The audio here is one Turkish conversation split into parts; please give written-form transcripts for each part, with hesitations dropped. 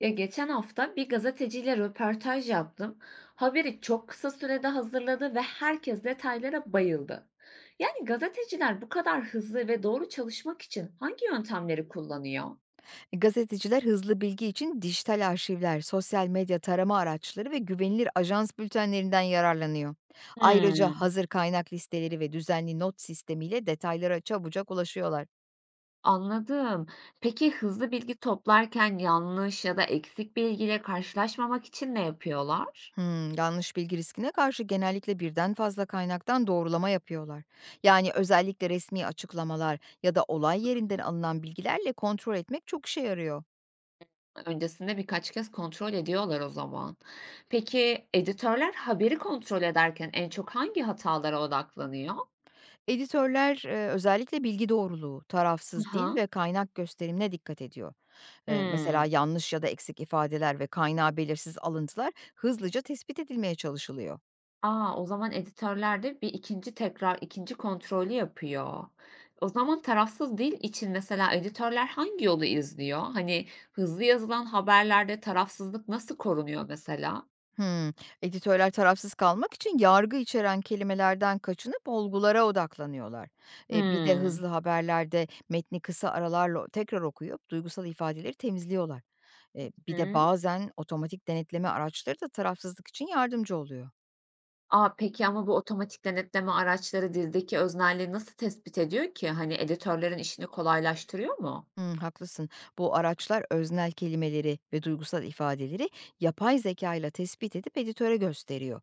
Ya geçen hafta bir gazeteciyle röportaj yaptım. Haberi çok kısa sürede hazırladı ve herkes detaylara bayıldı. Yani gazeteciler bu kadar hızlı ve doğru çalışmak için hangi yöntemleri kullanıyor? Gazeteciler hızlı bilgi için dijital arşivler, sosyal medya tarama araçları ve güvenilir ajans bültenlerinden yararlanıyor. Ayrıca Hmm, hazır kaynak listeleri ve düzenli not sistemiyle detaylara çabucak ulaşıyorlar. anladım. Peki hızlı bilgi toplarken yanlış ya da eksik bilgiyle karşılaşmamak için ne yapıyorlar? Yanlış bilgi riskine karşı genellikle birden fazla kaynaktan doğrulama yapıyorlar. Yani özellikle resmi açıklamalar ya da olay yerinden alınan bilgilerle kontrol etmek çok işe yarıyor. Öncesinde birkaç kez kontrol ediyorlar o zaman. Peki editörler haberi kontrol ederken en çok hangi hatalara odaklanıyor? Editörler, özellikle bilgi doğruluğu, tarafsız dil Aha. ve kaynak gösterimine dikkat ediyor. Mesela Hımm. yanlış ya da eksik ifadeler ve kaynağı belirsiz alıntılar hızlıca tespit edilmeye çalışılıyor. A! O zaman editörler de bir ikinci kontrolü yapıyor. O zaman tarafsız dil için mesela editörler hangi yolu izliyor? Hani, hızlı yazılan haberlerde tarafsızlık nasıl korunuyor mesela? Hmm, Editörler tarafsız kalmak için yargı içeren kelimelerden kaçınıp olgulara odaklanıyorlar. Bir de Hımm. hızlı haberlerde metni kısa aralarla tekrar okuyup duygusal ifadeleri temizliyorlar. Bir de Hı. bazen otomatik denetleme araçları da tarafsızlık için yardımcı oluyor. A, peki ama bu otomatik denetleme araçları dildeki öznelliği nasıl tespit ediyor ki? Hani editörlerin işini kolaylaştırıyor mu? Hımm, haklısın. Bu araçlar öznel kelimeleri ve duygusal ifadeleri yapay zeka ile tespit edip editöre gösteriyor.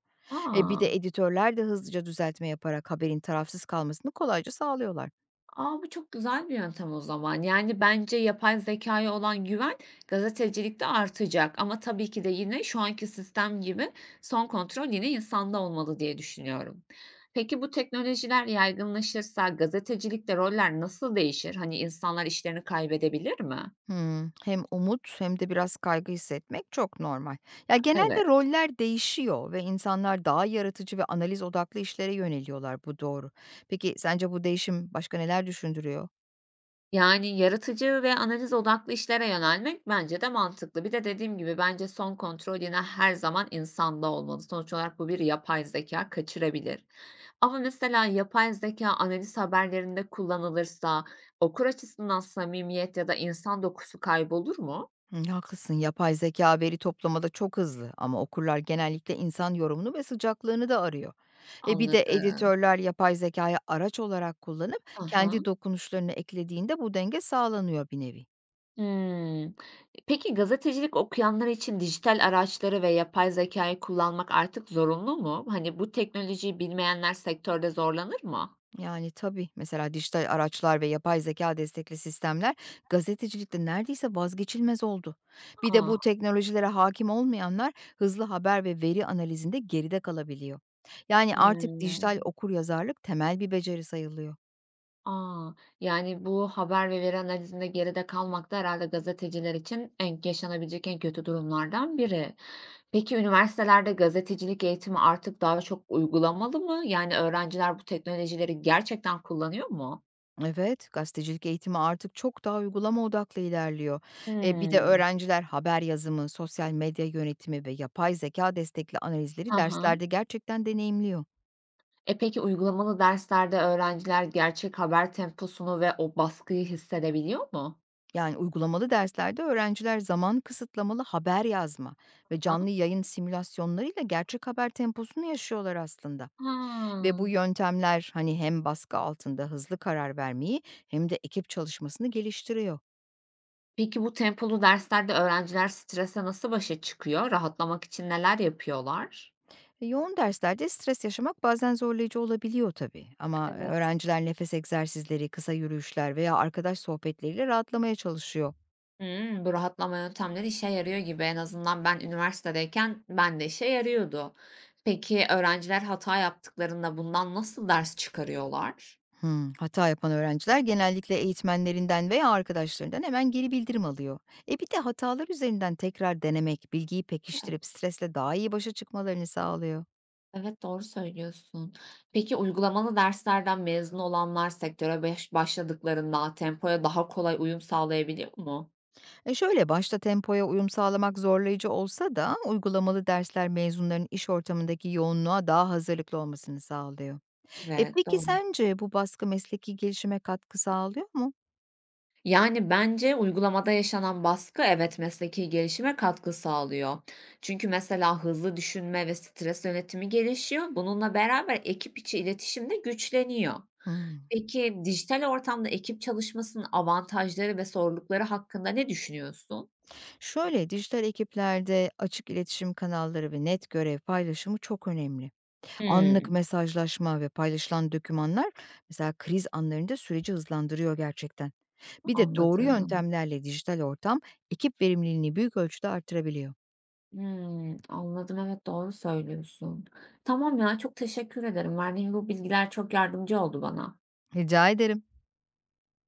Bir de A! editörler de hızlıca düzeltme yaparak haberin tarafsız kalmasını kolayca sağlıyorlar. A, bu çok güzel bir yöntem o zaman. Yani, bence yapay zekaya olan güven gazetecilikte artacak ama tabii ki de yine şu anki sistem gibi son kontrol yine insanda olmalı diye düşünüyorum. Peki bu teknolojiler yaygınlaşırsa gazetecilikte roller nasıl değişir? Hani, insanlar işlerini kaybedebilir mi? Hımm, hem umut hem de biraz kaygı hissetmek çok normal. Ya, genelde Evet. roller değişiyor ve insanlar daha yaratıcı ve analiz odaklı işlere yöneliyorlar, bu doğru. Peki sence bu değişim başka neler düşündürüyor? Yani, yaratıcı ve analiz odaklı işlere yönelmek bence de mantıklı. Bir de dediğim gibi bence son kontrol yine her zaman insanda olmalı. Sonuç olarak bu bir yapay zeka kaçırabilir. Ama mesela yapay zeka analiz haberlerinde kullanılırsa okur açısından samimiyet ya da insan dokusu kaybolur mu? Hı, haklısın. Yapay zeka veri toplamada çok hızlı ama okurlar genellikle insan yorumunu ve sıcaklığını da arıyor. Bir de Anladım. editörler yapay zekâyı araç olarak kullanıp Aha, hı. kendi dokunuşlarını eklediğinde bu denge sağlanıyor bir nevi. Hımm. Peki gazetecilik okuyanlar için dijital araçları ve yapay zekayı kullanmak artık zorunlu mu? Hani, bu teknolojiyi bilmeyenler sektörde zorlanır mı? Yani tabii mesela dijital araçlar ve yapay zeka destekli sistemler gazetecilikte neredeyse vazgeçilmez oldu. Bir de bu A! teknolojilere hakim olmayanlar hızlı haber ve veri analizinde geride kalabiliyor. Yani artık dijital Hımm. okuryazarlık temel bir beceri sayılıyor. A! Yani, bu haber ve veri analizinde geride kalmak da herhâlde gazeteciler için en yaşanabilecek en kötü durumlardan biri. Peki, üniversitelerde gazetecilik eğitimi artık daha çok uygulamalı mı? Yani, öğrenciler bu teknolojileri gerçekten kullanıyor mu? Evet, gazetecilik eğitimi artık çok daha uygulama odaklı ilerliyor. Bir de Hımm. öğrenciler haber yazımı, sosyal medya yönetimi ve yapay zeka destekli analizleri Hı hı. derslerde gerçekten deneyimliyor. Peki, uygulamalı derslerde öğrenciler gerçek haber temposunu ve o baskıyı hissedebiliyor mu? Yani uygulamalı derslerde öğrenciler zaman kısıtlamalı haber yazma ve Ha? canlı yayın simülasyonlarıyla gerçek haber temposunu yaşıyorlar aslında. Ha. Ve bu yöntemler hani hem baskı altında hızlı karar vermeyi hem de ekip çalışmasını geliştiriyor. Peki bu tempolu derslerde öğrenciler strese nasıl başa çıkıyor? Rahatlamak için neler yapıyorlar? Yoğun derslerde stres yaşamak bazen zorlayıcı olabiliyor tabii. Ama Evet. öğrenciler nefes egzersizleri, kısa yürüyüşler veya arkadaş sohbetleriyle rahatlamaya çalışıyor. Hımm, bu rahatlama yöntemleri işe yarıyor gibi. En azından ben üniversitedeyken ben de işe yarıyordu. Peki öğrenciler hata yaptıklarında bundan nasıl ders çıkarıyorlar? Hata yapan öğrenciler genellikle eğitmenlerinden veya arkadaşlarından hemen geri bildirim alıyor. Bir de hatalar üzerinden tekrar denemek, bilgiyi E pekiştirip stresle daha iyi başa çıkmalarını sağlıyor. evet, doğru söylüyorsun. Peki uygulamalı derslerden mezun olanlar sektöre başladıklarında tempoya daha kolay uyum sağlayabiliyor mu? Şöyle başta tempoya uyum sağlamak zorlayıcı olsa da uygulamalı dersler mezunların iş ortamındaki yoğunluğa daha hazırlıklı olmasını sağlıyor. Evet, Peki doğru. sence bu baskı mesleki gelişime katkı sağlıyor mu? Yani bence uygulamada yaşanan baskı evet mesleki gelişime katkı sağlıyor. Çünkü mesela hızlı düşünme ve stres yönetimi gelişiyor. Bununla beraber ekip içi iletişim de güçleniyor. Hımm. Peki dijital ortamda ekip çalışmasının avantajları ve zorlukları hakkında ne düşünüyorsun? Şöyle, dijital ekiplerde açık iletişim kanalları ve net görev paylaşımı çok önemli. Anlık Hmm, mesajlaşma ve paylaşılan dokümanlar mesela kriz anlarında süreci hızlandırıyor gerçekten. Bir de doğru anladım. yöntemlerle dijital ortam ekip verimliliğini büyük ölçüde artırabiliyor. Hmm, anladım, evet doğru söylüyorsun. Tamam ya, çok teşekkür ederim. Verdiğin bu bilgiler çok yardımcı oldu bana. Rica ederim.